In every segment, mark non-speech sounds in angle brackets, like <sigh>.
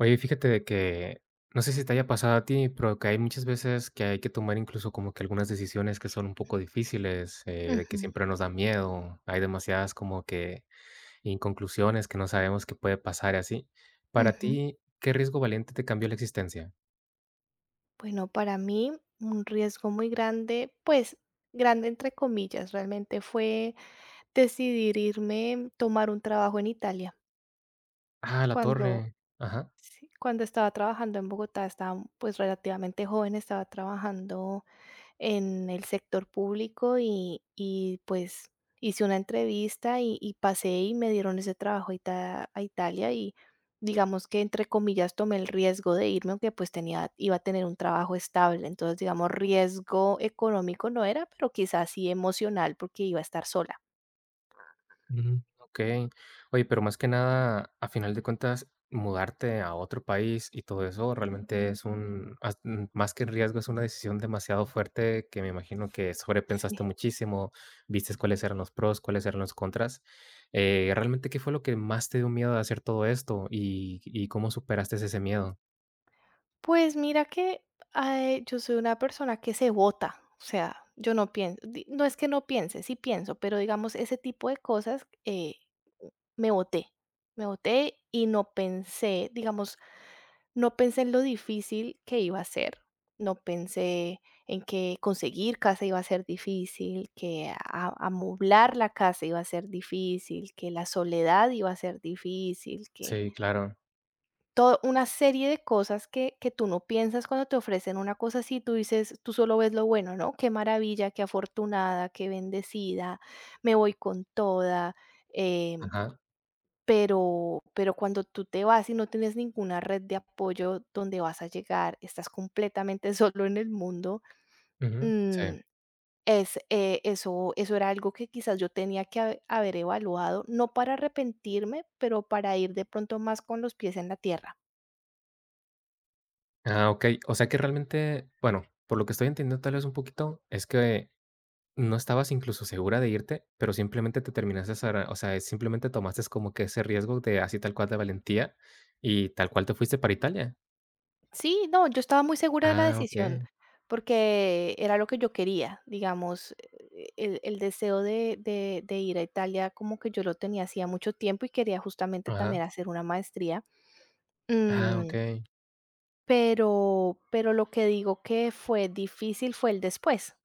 Oye, fíjate de que, no sé si te haya pasado a ti, pero que hay muchas veces que hay que tomar incluso como que algunas decisiones que son un poco difíciles, de Ujú, que siempre nos da miedo, hay demasiadas como que inconclusiones que no sabemos qué puede pasar y así. Para ujú. ti, ¿qué riesgo valiente te cambió la existencia? Bueno, para mí un riesgo muy grande, pues grande entre comillas, realmente fue decidir irme, tomar un trabajo en Italia. Ah, la Cuando, torre. Ajá. sí, cuando estaba trabajando en Bogotá, estaba pues relativamente joven, estaba trabajando en el sector público y, pues, hice una entrevista y pasé y me dieron ese trabajo a Italia y digamos que, entre comillas, tomé el riesgo de irme, aunque, pues, tenía iba a tener un trabajo estable. Entonces, digamos, riesgo económico no era, pero quizás sí emocional, porque iba a estar sola. Ujú, okey. Oye, pero más que nada, a final de cuentas, mudarte a otro país y todo eso realmente es un as mm, más que un riesgo, es una decisión demasiado fuerte que me imagino que Sí. Sí. sobrepensaste muchísimo, viste cuáles eran los pros, cuáles eran los contras. Realmente, ¿qué fue lo que más te dio miedo de hacer todo esto y cómo superaste ese miedo? Pues mira que, ay, yo soy una persona que se vota, o sea, yo no pienso, no es que no piense, sí pienso, pero digamos ese tipo de cosas me voté, me voté y no pensé, digamos, no pensé en lo difícil que iba a ser, no pensé en que conseguir casa iba a ser difícil, que amoblar la casa iba a ser difícil, que la soledad iba a ser difícil, que Sí, claro. todo una serie de cosas que tú no piensas cuando te ofrecen una cosa así, tú dices tú solo ves lo bueno, ¿no? Qué maravilla, qué afortunada, qué bendecida, me voy con toda, em, Ajá. pero cuando tú te vas y no tienes ninguna red de apoyo donde vas a llegar, estás completamente <laughs> solo en el mundo. Ujú. mm, Sí. es, eh, eso eso era algo que quizás yo tenía que haber evaluado, no para arrepentirme, pero para ir de pronto más con los pies en la tierra. Ah, okey. O sea que realmente, bueno, por lo que estoy entendiendo tal vez un poquito, es que no estabas incluso segura de irte, pero simplemente te terminaste sara o sea, simplemente tomaste como que ese riesgo de así tal cual de valentía, y tal cual te fuiste para Italia. Sí, no, yo estaba muy segura de la Ah, decisión, okey. porque era lo que yo quería, digamos, el deseo de ir a Italia como que yo lo tenía hacía mucho tiempo y quería justamente también Ajá. hacer una maestría. Ah, Mm, okey. pero lo que digo que fue difícil fue el después.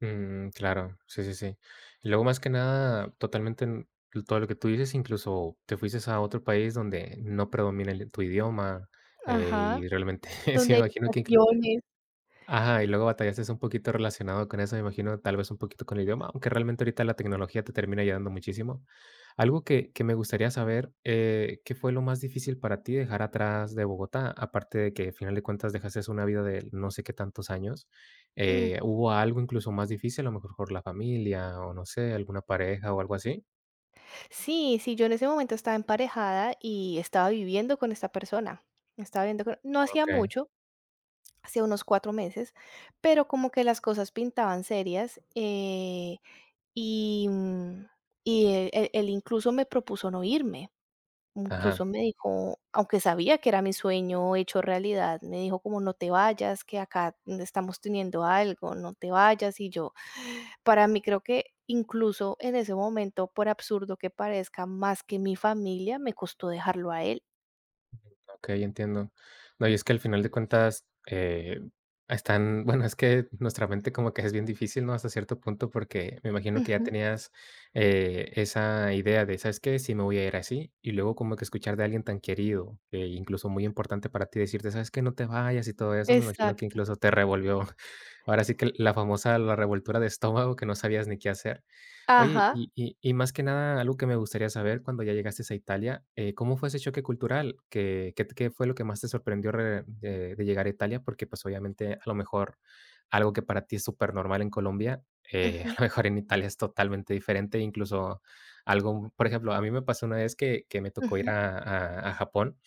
Mm, claro. Sí, sí, sí. Y luego, más que nada, totalmente, mm, todo lo que tú dices, incluso te fuiste a otro país donde no predomina el tu idioma, Ajá, y realmente <laughs> sí donde me hay imagino que ocasiones. ajá, y luego batallaste un poquito relacionado con eso, me imagino, tal vez un poquito con el idioma, aunque realmente ahorita la tecnología te termina ayudando muchísimo. Algo que me gustaría saber, ¿qué fue lo más difícil para ti dejar atrás de Bogotá? Aparte de que al final de cuentas dejaste una vida de no sé qué tantos años, Mm. ¿Hubo algo incluso más difícil? A lo mejor la familia, o no sé, alguna pareja o algo así. Sí, sí, yo en ese momento estaba emparejada y estaba viviendo con esta persona. Estaba viviendo no hacía Ok, mucho, hace unos 4 meses, pero como que las cosas pintaban serias. Eh, y, mm, y él él él incluso me propuso no irme. Incluso ajá. me dijo, aunque sabía que era mi sueño hecho realidad, me dijo como: "No te vayas, que acá estamos teniendo algo, no te vayas". Y yo, para mí creo que incluso en ese momento, por absurdo que parezca, más que mi familia, me costó dejarlo a él. Okey, entiendo. No, y es que al final de cuentas, están bueno, es que nuestra mente como que es bien difícil, ¿no? Hasta cierto punto, porque me imagino que ya Ujú, tenías, esa idea de, ¿sabes qué? Si me voy a ir así, y luego como que escuchar de alguien tan querido, incluso muy importante para ti, decirte, ¿sabes qué? No te vayas y todo eso, me imagino que exacto. incluso te revolvió. Ahora sí que la famosa la revoltura de estómago que no sabías ni qué hacer. Oye, Ajá, y más que nada, algo que me gustaría saber cuando ya llegaste a Italia, ¿cómo fue ese choque cultural? ¿Qué fue lo que más te sorprendió re de llegar a Italia? Porque, pues, obviamente, a lo mejor algo que para ti es súper normal en Colombia, <laughs> a ujú, lo mejor en Italia es totalmente diferente, incluso algo, por ejemplo, a mí me pasó una vez que me tocó ir ujú, a Japón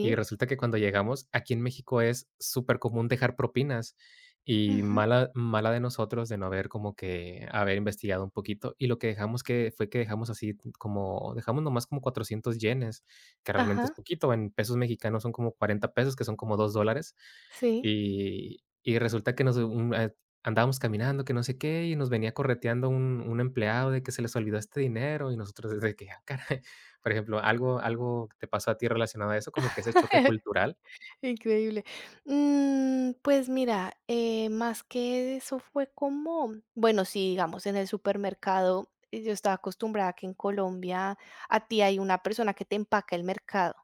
y resulta que cuando llegamos, aquí en México es súper común dejar propinas, y ujú. mala mala de nosotros de no haber como que haber investigado un poquito, y lo que dejamos que fue que dejamos así como dejamos nomás como 400 yenes, que realmente es Ajá, poquito, en pesos mexicanos son como 40 pesos, que son como 2 dólares, sí, y resulta que nos un andábamos caminando, que no sé qué, y nos venía correteando un empleado de que se les olvidó este dinero, y nosotros de que: "Ah, caray". Por ejemplo, algo que te pasó a ti relacionado a eso, como que ese choque <laughs> cultural. increíble. Pues mira, más que eso fue como, bueno, sí, digamos, en el supermercado, yo estaba acostumbrada que en Colombia a ti hay una persona que te empaca el mercado,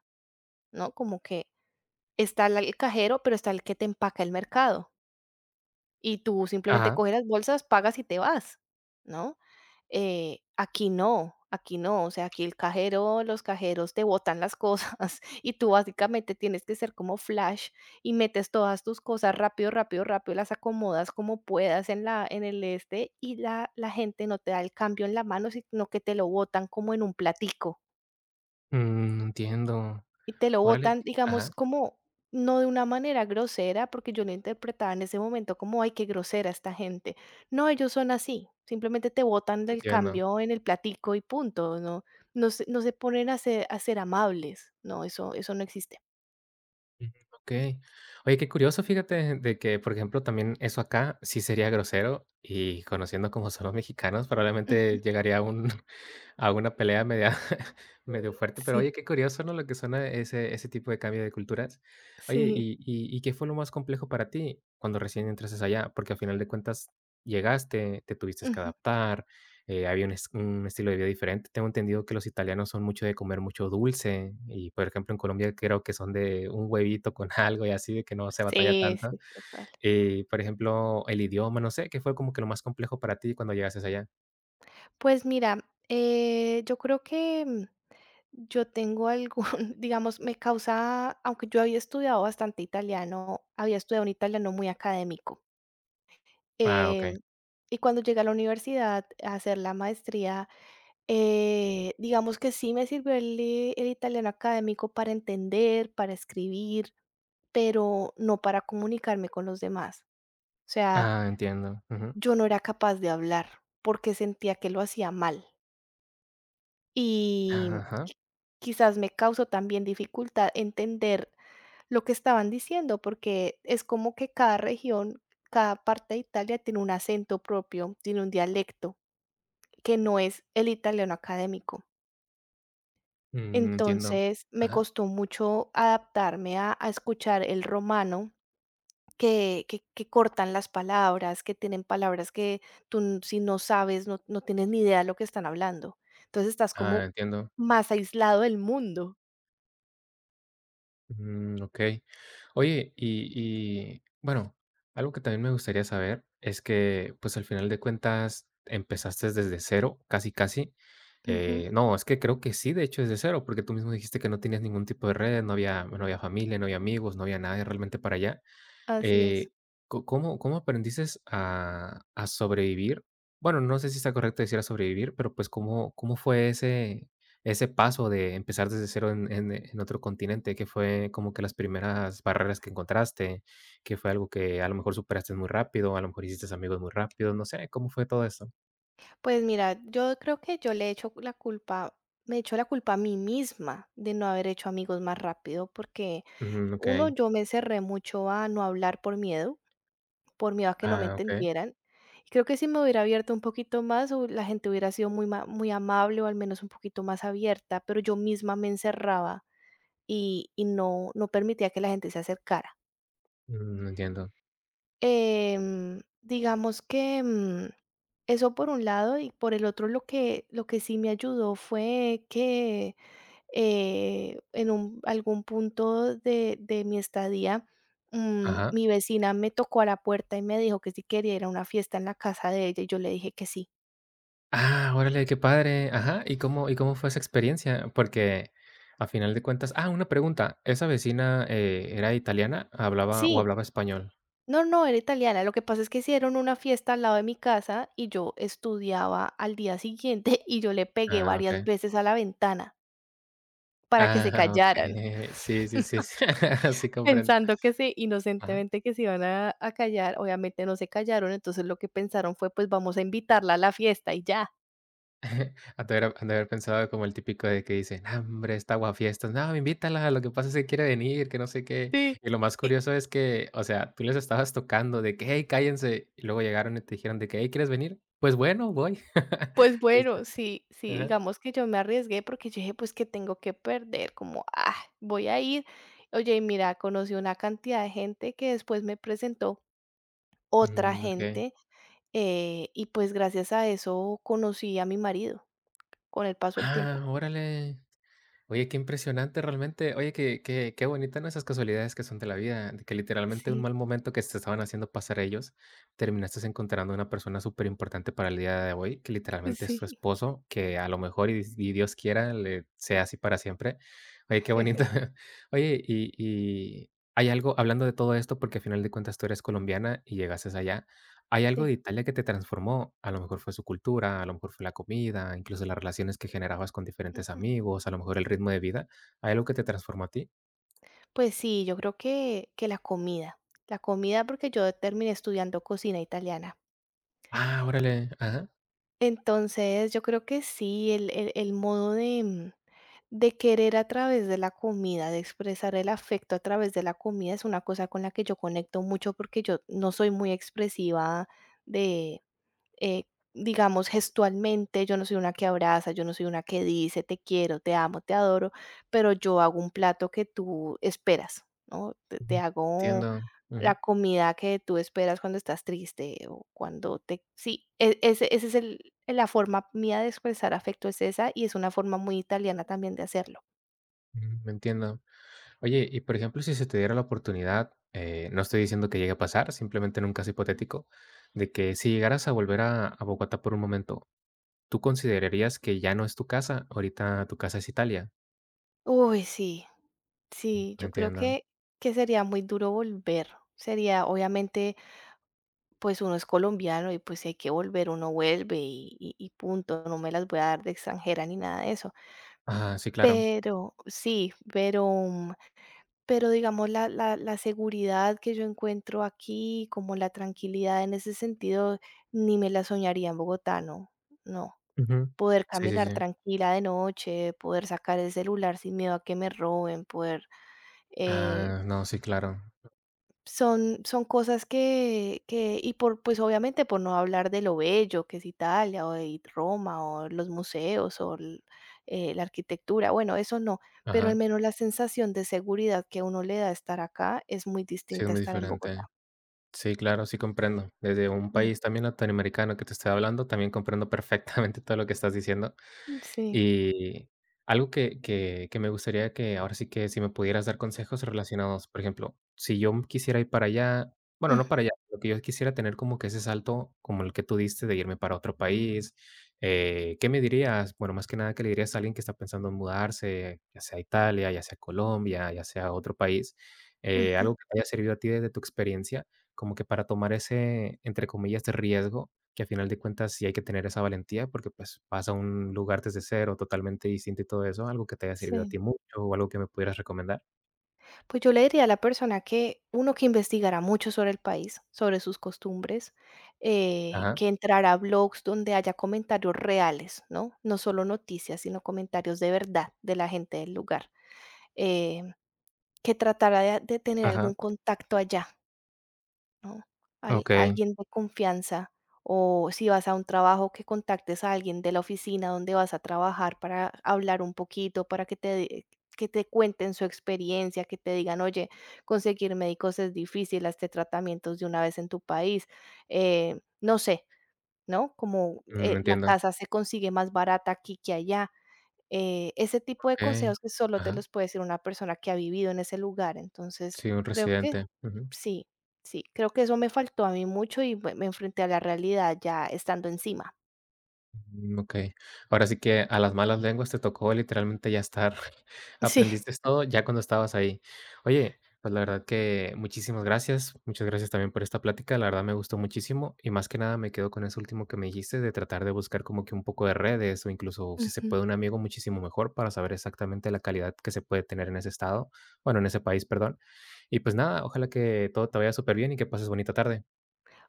¿no? Como que está el cajero, pero está el que te empaca el mercado. Y tú simplemente Ajá. coges las bolsas, pagas y te vas, ¿no? Aquí no, aquí no, o sea, aquí el cajero, los cajeros te botan las cosas <laughs> y tú básicamente tienes que ser como Flash y metes todas tus cosas rápido, rápido, rápido, las acomodas como puedas en el este y la gente no te da el cambio en la mano, sino que te lo botan como en un platico. Mm, entiendo. Y te lo Órale. botan, digamos, Ajá, como no de una manera grosera, porque yo lo interpretaba en ese momento como, ay, qué grosera esta gente. No, ellos son así, simplemente te botan del entiendo. cambio en el platico y punto. No, no se ponen a ser amables, no, eso no existe. Ujú, okey. Oye, qué curioso, fíjate, de que, por ejemplo, también eso acá sí sería grosero y conociendo como son los mexicanos, Ujú, probablemente llegaría a un hago una pelea media <laughs> medio fuerte, pero oye, sí, qué curioso, ¿no? Lo que suena ese ese tipo de cambio de culturas. Oye, sí. ¿y qué fue lo más complejo para ti cuando recién entraste allá? Porque al final de cuentas llegaste, te tuviste que Ujú. adaptar, había un es un estilo de vida diferente. Tengo entendido que los italianos son mucho de comer mucho dulce y, por ejemplo, en Colombia creo que son de un huevito con <laughs> algo y así, de que no se batalla Sí, tanto. sí, total. Por ejemplo, el idioma, no sé, ¿qué fue como que lo más complejo para ti cuando llegaste allá? Pues mira, yo creo que mm, yo tengo algún, <laughs> digamos, me causa, aunque yo había estudiado bastante italiano, había estudiado un italiano muy académico. Ah, okey. em, y cuando llegué a la universidad a hacer la maestría, digamos que sí me sirvió el italiano académico para entender, para escribir, pero no para comunicarme con los demás. O sea, Ah, entiendo. Ujú. yo no era capaz de hablar porque sentía que lo hacía mal. Ajá, Y ajá. quizás me causó también dificultad entender lo que estaban diciendo, porque es como que cada región, cada parte de Italia tiene un acento propio, tiene un dialecto que no es el italiano académico. Mm, entiendo. Entonces, me Ajá. costó mucho adaptarme a escuchar el romano, que cortan las palabras, que tienen palabras que tú si no sabes, no, no tienes ni idea de lo que están hablando. Entonces estás Ah, como entiendo. más aislado del mundo. Mm, okey. Oye, y, bueno, algo que también me gustaría saber es que, pues, al final de cuentas, empezaste desde cero, casi, casi. Ujú, No, es que creo que sí, de hecho, desde cero, porque tú mismo dijiste que no tenías ningún tipo de red, no había familia, no había amigos, no había nadie realmente para allá. así es. Eh, co ¿cómo aprendiste a sobrevivir? Bueno, no sé si está correcto decir a sobrevivir, pero, pues, ¿cómo fue ese ese paso de empezar desde cero en en otro continente? Que fue como que las primeras barreras que encontraste? Que fue algo que a lo mejor superaste muy rápido? A lo mejor hiciste amigos muy rápido, no sé, ¿cómo fue todo eso? Pues mira, yo creo que yo le echo la culpa, me echo la culpa a mí misma de no haber hecho amigos más rápido, porque Ujú, uno, okey. yo me cerré mucho a no hablar por miedo a que no me Ah, okey. entendieran. Y creo que si me hubiera abierto un poquito más, la gente hubiera sido muy, muy amable o al menos un poquito más abierta, pero yo misma me encerraba y no, no permitía que la gente se acercara. Mm, entiendo. Digamos que, eso por un lado, y por el otro lo que sí me ayudó fue que, en un algún punto de mi estadía, Ajá. mi vecina me tocó a la puerta y me dijo que si quería ir a una fiesta en la casa de ella, y yo le dije que sí. Ah, órale, qué padre. Ajá, ¿y cómo cómo fue esa experiencia? Porque a final de cuentas ah, una pregunta, ¿esa vecina, era italiana, hablaba o Sí, hablaba español? no, no, era italiana. Lo que pasa es que hicieron una fiesta al lado de mi casa y yo estudiaba al día siguiente, <laughs> y yo le pegué Ah, varias okey. veces a la ventana para que se Ah, callaran. okey. Sí, sí, sí, sí, <laughs> sí comprendo. Pensando que se Ajá. inocentemente que se iban a callar, obviamente no se callaron, entonces lo que pensaron fue, pues, vamos a invitarla a la fiesta y ya. <laughs> Han de haber pensado como el típico de que dicen: "No, hombre, esta aguafiestas, no, invítala, lo que pasa es que quiere venir, que no sé qué". Sí, Y lo más y curioso es que, o sea, tú les estabas tocando de que: "Hey, cállense", y luego llegaron y te dijeron de que: "Hey, ¿quieres venir?". "Pues bueno, voy". <laughs> pues bueno, sí sí, Ajá. digamos que yo me arriesgué porque yo dije: "Pues, ¿qué tengo que perder?". Como, ah, voy a ir. Oye, y mira, conocí una cantidad de gente que después me presentó otra Mm, okey. gente, y pues gracias a eso conocí a mi marido con el paso del Ah, tiempo. órale. Oye, qué impresionante realmente. Oye, qué qué bonita, ¿no? Esas casualidades que son de la vida, de que literalmente un Sí, mal momento que te estaban haciendo pasar ellos, terminaste encontrando una persona súper importante para el día de hoy, que literalmente es sí, tu esposo, que a lo mejor y Dios quiera, le sea así para siempre. Oye, qué bonito. <laughs> <laughs> Oye, y hay algo hablando de todo esto, porque al final de cuentas tú eres colombiana y llegaste allá. Hay algo sí. de Italia que te transformó, a lo mejor fue su cultura, a lo mejor fue la comida, incluso las relaciones que generabas con diferentes amigos, a lo mejor el ritmo de vida, ¿hay algo que te transformó a ti? Pues sí, yo creo que, la comida porque yo terminé estudiando cocina italiana. Ah, órale, ajá. Entonces, yo creo que sí, el modo de, de querer a través de la comida, de expresar el afecto a través de la comida, es una cosa con la que yo conecto mucho porque yo no soy muy expresiva eh, digamos, gestualmente, yo no soy una que abraza, yo no soy una que dice te quiero, te amo, te adoro, pero yo hago un plato que tú esperas, ¿no? Te, Ujú. te hago Entiendo, la ujú, comida que tú esperas cuando estás triste o cuando te... Sí, ese es la forma mía de expresar afecto, es esa, y es una forma muy italiana también de hacerlo. ujú, me entiendo. Oye, y por ejemplo, si se te diera la oportunidad, no estoy diciendo que llegue a pasar, simplemente en un caso hipotético, de que si llegaras a volver a Bogotá por un momento, ¿tú considerarías que ya no es tu casa? Ahorita tu casa es Italia. Uy, sí, sí, yo creo Entiendo. que, sería muy duro volver. Sería obviamente. Pues uno es colombiano y pues si hay que volver, uno vuelve y punto, no me las voy a dar de extranjera ni nada de eso. Ah, sí, claro. Pero sí, digamos la seguridad que yo encuentro aquí, como la tranquilidad en ese sentido, ni me la soñaría en Bogotá, no, no. Ujú. Poder Sí, sí, caminar sí. tranquila de noche, poder sacar el celular sin miedo a que me roben, poder, eh, Ah, no, sí, claro. son cosas que y por, pues, obviamente, por no hablar de lo bello que es Italia, o de Roma, o los museos, o la arquitectura, bueno, eso no, pero al Ajá. menos la sensación de seguridad que a uno le da estar acá es muy Sí, es distinta a muy estar en Bogotá. diferente. Sí, claro, sí comprendo. Desde un Mm, país también latinoamericano que te estoy hablando, también comprendo perfectamente <laughs> todo lo que estás diciendo. sí. Y algo que me gustaría que ahora sí que si me pudieras dar consejos relacionados, por ejemplo, si yo quisiera ir para allá, bueno, Ujú, no para allá, lo que yo quisiera tener como que ese salto como el que tú diste de irme para otro país, ¿qué me dirías? Bueno, más que nada, ¿qué le dirías a alguien que está pensando en mudarse, ya sea a Italia, ya sea a Colombia, ya sea a otro país? Ujú, Algo que te haya servido a ti desde tu experiencia, como que para tomar ese, entre comillas, de riesgo que a final de cuentas sí hay que tener esa valentía porque, pues, vas a un lugar desde cero, totalmente distinto y todo eso, algo que te haya servido a sí. ti mucho o algo que me pudieras recomendar. Pues yo le diría a la persona que, uno, que investigara mucho sobre el país, sobre sus costumbres, Ajá, que entrara a blogs donde haya comentarios reales, ¿no? No solo noticias, sino comentarios de verdad de la gente del lugar. Eh, que tratará de tener ajá, algún contacto allá, ¿no? Okey, Alguien de confianza o si vas a un trabajo que contactes a alguien de la oficina donde vas a trabajar para hablar un poquito, para que te cuenten su experiencia, que te digan, oye, conseguir médicos es difícil, hazte tratamientos de una vez en tu país, no sé, ¿no? Como mm, la entiendo, casa se consigue más barata aquí que allá, ese tipo de okey, consejos que solo te ajá, los puede decir una persona que ha vivido en ese lugar. Entonces, sí, un creo que residente, sí, sí, creo que eso me faltó a mí mucho y me enfrenté a la realidad ya estando encima. <laughs> mm, okey. Ahora sí que a las malas lenguas te tocó literalmente ya estar. <laughs> Sí. Aprendiste todo ya cuando estabas ahí. Oye, pues la verdad que muchísimas gracias. Muchas gracias también por esta plática. La verdad me gustó muchísimo y más que nada me quedo con eso último que me dijiste de tratar de buscar como que un poco de redes o incluso si se Ujú. puede un amigo muchísimo mejor para saber exactamente la calidad que se puede tener en ese estado, bueno, en ese país, perdón. Y pues nada, ojalá que todo te vaya súper bien y que pases bonita tarde.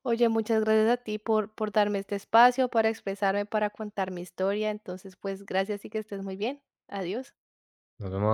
Oye, muchas gracias a ti por darme este espacio para expresarme, para contar mi historia. Entonces, pues, gracias y que estés muy bien. Adiós. Nos vemos.